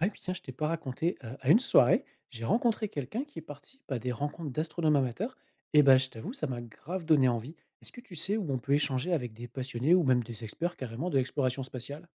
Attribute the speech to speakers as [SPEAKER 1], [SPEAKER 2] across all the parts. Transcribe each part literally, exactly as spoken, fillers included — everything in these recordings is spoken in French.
[SPEAKER 1] Ah et puis tiens, je t'ai pas raconté, heu, à une soirée, j'ai rencontré quelqu'un qui participe à des rencontres d'astronomes amateurs et bah, je t'avoue, ça m'a grave donné envie. Est-ce que tu sais où on peut échanger avec des passionnés ou même des experts carrément de l'exploration spatiale?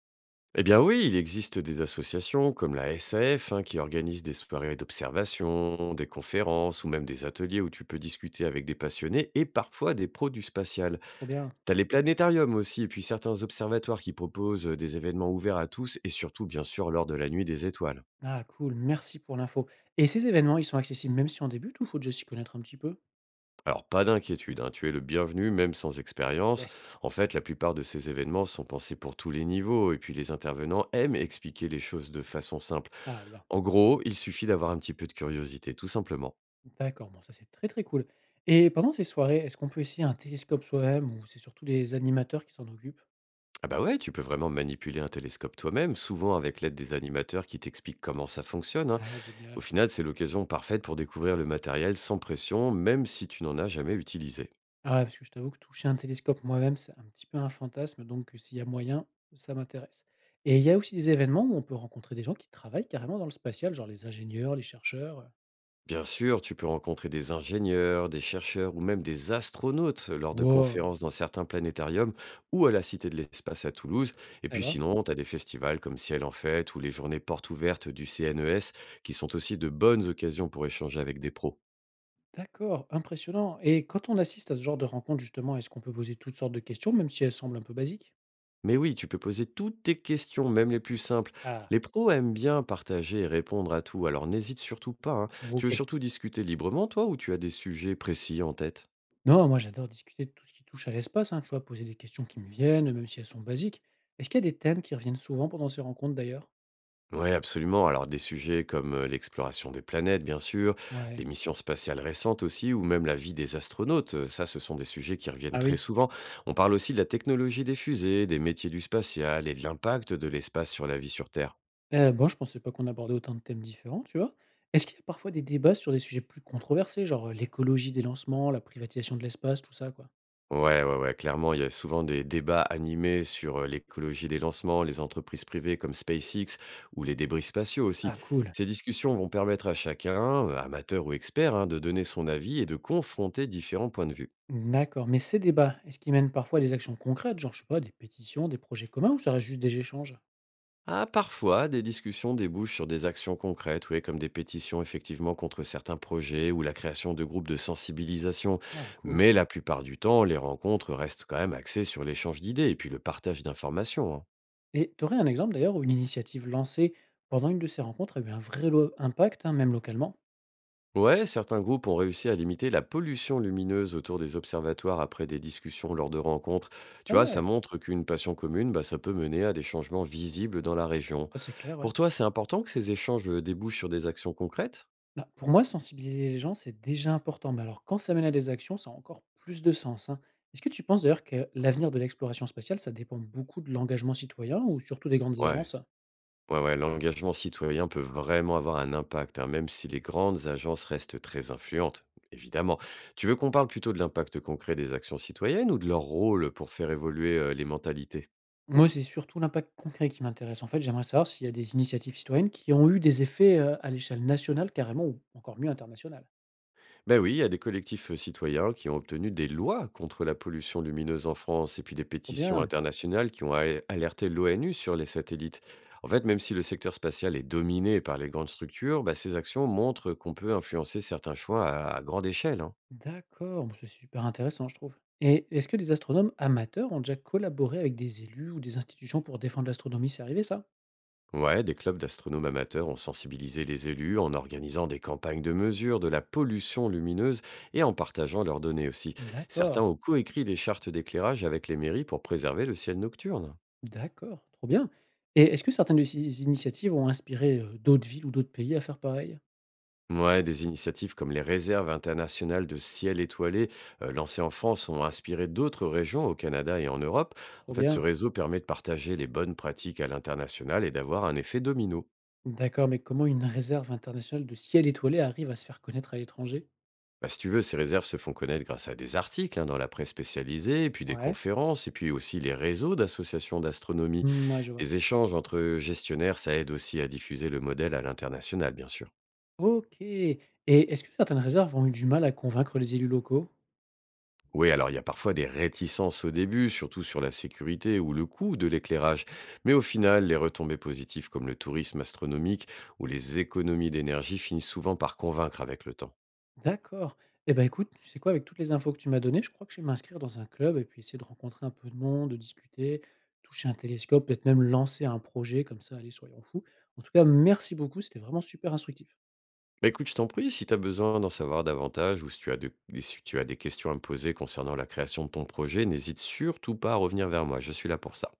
[SPEAKER 2] Eh bien oui, il existe des associations comme la S A F hein, qui organisent des soirées d'observation, des conférences ou même des ateliers où tu peux discuter avec des passionnés et parfois des pros du spatial.
[SPEAKER 1] Trop bien.
[SPEAKER 2] T'as les planétariums aussi et puis certains observatoires qui proposent des événements ouverts à tous et surtout bien sûr lors de la nuit des étoiles.
[SPEAKER 1] Ah cool, merci pour l'info et ces événements, ils sont accessibles même si on débute ou faut déjà s'y connaître un petit peu?
[SPEAKER 2] Alors, pas d'inquiétude, hein, tu es le bienvenu, même sans expérience.
[SPEAKER 1] Yes.
[SPEAKER 2] En fait, la plupart de ces événements sont pensés pour tous les niveaux, et puis les intervenants aiment expliquer les choses de façon simple.
[SPEAKER 1] Ah bien.
[SPEAKER 2] En gros, il suffit d'avoir un petit peu de curiosité, tout simplement.
[SPEAKER 1] D'accord, bon ça, c'est très, très cool et pendant ces soirées, est-ce qu'on peut essayer un télescope soi-même ou c'est surtout les animateurs qui s'en occupent?
[SPEAKER 2] Ah bah ouais, tu peux vraiment manipuler un télescope toi-même, souvent avec l'aide des animateurs qui t'expliquent comment ça fonctionne, hein.
[SPEAKER 1] Ah
[SPEAKER 2] Au
[SPEAKER 1] génial.
[SPEAKER 2] final, c'est l'occasion parfaite pour découvrir le matériel sans pression, même si tu n'en as jamais utilisé.
[SPEAKER 1] Ah ouais, parce que je t'avoue que toucher un télescope moi-même, c'est un petit peu un fantasme, donc heu, s'il y a moyen, ça m'intéresse. Et il y a aussi des événements où on peut rencontrer des gens qui travaillent carrément dans le spatial, genre les ingénieurs, les chercheurs, heu?
[SPEAKER 2] Bien sûr, tu peux rencontrer des ingénieurs, des chercheurs ou même des astronautes lors de
[SPEAKER 1] Wow!
[SPEAKER 2] conférences dans certains planétariums ou à la Cité de l'Espace à Toulouse. Et
[SPEAKER 1] Eh
[SPEAKER 2] puis
[SPEAKER 1] ben,
[SPEAKER 2] sinon, tu as des festivals comme Ciel en Fête ou les journées portes ouvertes du C N E S qui sont aussi de bonnes occasions pour échanger avec des pros.
[SPEAKER 1] d'accord, impressionnant. Et quand on assiste à ce genre de rencontre justement, est-ce qu'on peut poser toutes sortes de questions, même si elles semblent un peu basiques?
[SPEAKER 2] Mais oui, tu peux poser toutes tes questions, même les plus simples.
[SPEAKER 1] Ah,
[SPEAKER 2] Les pros aiment bien partager et répondre à tout, alors n'hésite surtout pas, hein. Tu veux
[SPEAKER 1] OK.
[SPEAKER 2] surtout discuter librement, toi, ou tu as des sujets précis en tête?
[SPEAKER 1] Non, moi j'adore discuter de tout ce qui touche à l'espace, hein, tu vois? Poser des questions qui me viennent, même si elles sont basiques. Est-ce qu'il y a des thèmes qui reviennent souvent pendant ces rencontres d'ailleurs?
[SPEAKER 2] Oui, absolument. Alors des sujets comme euh, l'exploration des planètes, bien sûr,
[SPEAKER 1] Ouais.
[SPEAKER 2] les missions spatiales récentes aussi, ou même la vie des astronautes. Euh, ça ce sont des sujets qui reviennent
[SPEAKER 1] Ah
[SPEAKER 2] très
[SPEAKER 1] oui.
[SPEAKER 2] souvent. On parle aussi de la technologie des fusées, des métiers du spatial et de l'impact de l'espace sur la vie sur Terre.
[SPEAKER 1] Eh ben, je pensais pas qu'on abordait autant de thèmes différents, tu vois? Est-ce qu'il y a parfois des débats sur des sujets plus controversés, genre, heu, l'écologie des lancements, la privatisation de l'espace, tout ça, quoi?
[SPEAKER 2] Ouais, ouais, ouais, clairement, il y a souvent des débats animés sur euh, l'écologie des lancements, les entreprises privées comme SpaceX ou les débris spatiaux aussi.
[SPEAKER 1] Ah cool,
[SPEAKER 2] Ces discussions vont permettre à chacun, euh, amateur ou expert, hein, de donner son avis et de confronter différents points de vue.
[SPEAKER 1] d'accord, mais ces débats, est-ce qu'ils mènent parfois à des actions concrètes, genre, je sais pas, des pétitions, des projets communs ou ça reste juste des échanges?
[SPEAKER 2] Ah, parfois, des discussions débouchent sur des actions concrètes, oui, comme des pétitions effectivement contre certains projets ou la création de groupes de sensibilisation.
[SPEAKER 1] Ah cool
[SPEAKER 2] Mais la plupart du temps, les rencontres restent quand même axées sur l'échange d'idées et puis le partage d'informations, hein.
[SPEAKER 1] et tu aurais un exemple d'ailleurs où une initiative lancée pendant une de ces rencontres a eu un vrai lo impact, hein, même localement?
[SPEAKER 2] Ouais, certains groupes ont réussi à limiter la pollution lumineuse autour des observatoires après des discussions lors de rencontres. Tu
[SPEAKER 1] Ah
[SPEAKER 2] vois, ça
[SPEAKER 1] ouais,
[SPEAKER 2] montre qu'une passion commune, bah, ça peut mener à des changements visibles dans la région.
[SPEAKER 1] ça c'est clair, ouais.
[SPEAKER 2] Pour toi, c'est important que ces échanges euh, débouchent sur des actions concrètes?
[SPEAKER 1] Bah, pour moi, sensibiliser les gens, c'est déjà important. Mais alors, quand ça mène à des actions, ça a encore plus de sens, hein. Est-ce que tu penses d'ailleurs que l'avenir de l'exploration spatiale, ça dépend beaucoup de l'engagement citoyen ou surtout des grandes
[SPEAKER 2] Ouais.
[SPEAKER 1] agences?
[SPEAKER 2] Ouais, ouais, l'engagement citoyen peut vraiment avoir un impact, hein, même si les grandes agences restent très influentes, évidemment. Tu veux qu'on parle plutôt de l'impact concret des actions citoyennes ou de leur rôle pour faire évoluer euh, les mentalités?
[SPEAKER 1] Moi, c'est surtout l'impact concret qui m'intéresse. En fait, j'aimerais savoir s'il y a des initiatives citoyennes qui ont eu des effets, heu, à l'échelle nationale carrément ou encore mieux internationale.
[SPEAKER 2] Ben oui, il y a des collectifs euh, citoyens qui ont obtenu des lois contre la pollution lumineuse en France et puis des
[SPEAKER 1] Trop
[SPEAKER 2] pétitions
[SPEAKER 1] bien.
[SPEAKER 2] internationales qui ont al- alerté l'O N U sur les satellites. En fait, même si le secteur spatial est dominé par les grandes structures, bah, ces actions montrent qu'on peut influencer certains choix à, à grande échelle, hein.
[SPEAKER 1] D'accord, bah, c'est super intéressant, je trouve. Et est-ce que des astronomes amateurs ont déjà collaboré avec des élus ou des institutions pour défendre l'astronomie? C'est arrivé ça?
[SPEAKER 2] Ouais, des clubs d'astronomes amateurs ont sensibilisé les élus en organisant des campagnes de mesure de la pollution lumineuse et en partageant leurs données aussi.
[SPEAKER 1] D'accord.
[SPEAKER 2] Certains ont coécrit des chartes d'éclairage avec les mairies pour préserver le ciel nocturne.
[SPEAKER 1] D'accord, trop bien et est-ce que certaines de ces initiatives ont inspiré, heu, d'autres villes ou d'autres pays à faire pareil?
[SPEAKER 2] Ouais, des initiatives comme les réserves internationales de ciel étoilé euh, lancées en France ont inspiré d'autres régions au Canada et en Europe. En
[SPEAKER 1] Trop
[SPEAKER 2] fait, ce
[SPEAKER 1] bien.
[SPEAKER 2] réseau permet de partager les bonnes pratiques à l'international et d'avoir un effet domino.
[SPEAKER 1] D'accord, mais comment une réserve internationale de ciel étoilé arrive à se faire connaître à l'étranger?
[SPEAKER 2] Bah, si tu veux, ces réserves se font connaître grâce à des articles hein, dans la presse spécialisée, et puis des
[SPEAKER 1] Ouais.
[SPEAKER 2] conférences, et puis aussi les réseaux d'associations d'astronomie.
[SPEAKER 1] Moi je vois.
[SPEAKER 2] Les échanges entre gestionnaires, ça aide aussi à diffuser le modèle à l'international, bien sûr.
[SPEAKER 1] OK et est-ce que certaines réserves ont eu du mal à convaincre les élus locaux?
[SPEAKER 2] Oui, alors il y a parfois des réticences au début, surtout sur la sécurité ou le coût de l'éclairage, mais au final, les retombées positives comme le tourisme astronomique ou les économies d'énergie finissent souvent par convaincre avec le temps.
[SPEAKER 1] D'accord. Eh ben écoute, tu sais quoi? Avec toutes les infos que tu m'as données, je crois que je vais m'inscrire dans un club et puis essayer de rencontrer un peu de monde, de discuter, toucher un télescope, peut-être même lancer un projet comme ça, allez, soyons fous. En tout cas, merci beaucoup, c'était vraiment super instructif.
[SPEAKER 2] Bah, écoute, je t'en prie, si tu as besoin d'en savoir davantage ou si tu as de- si tu as des questions à me poser concernant la création de ton projet, n'hésite surtout pas à revenir vers moi, je suis là pour ça.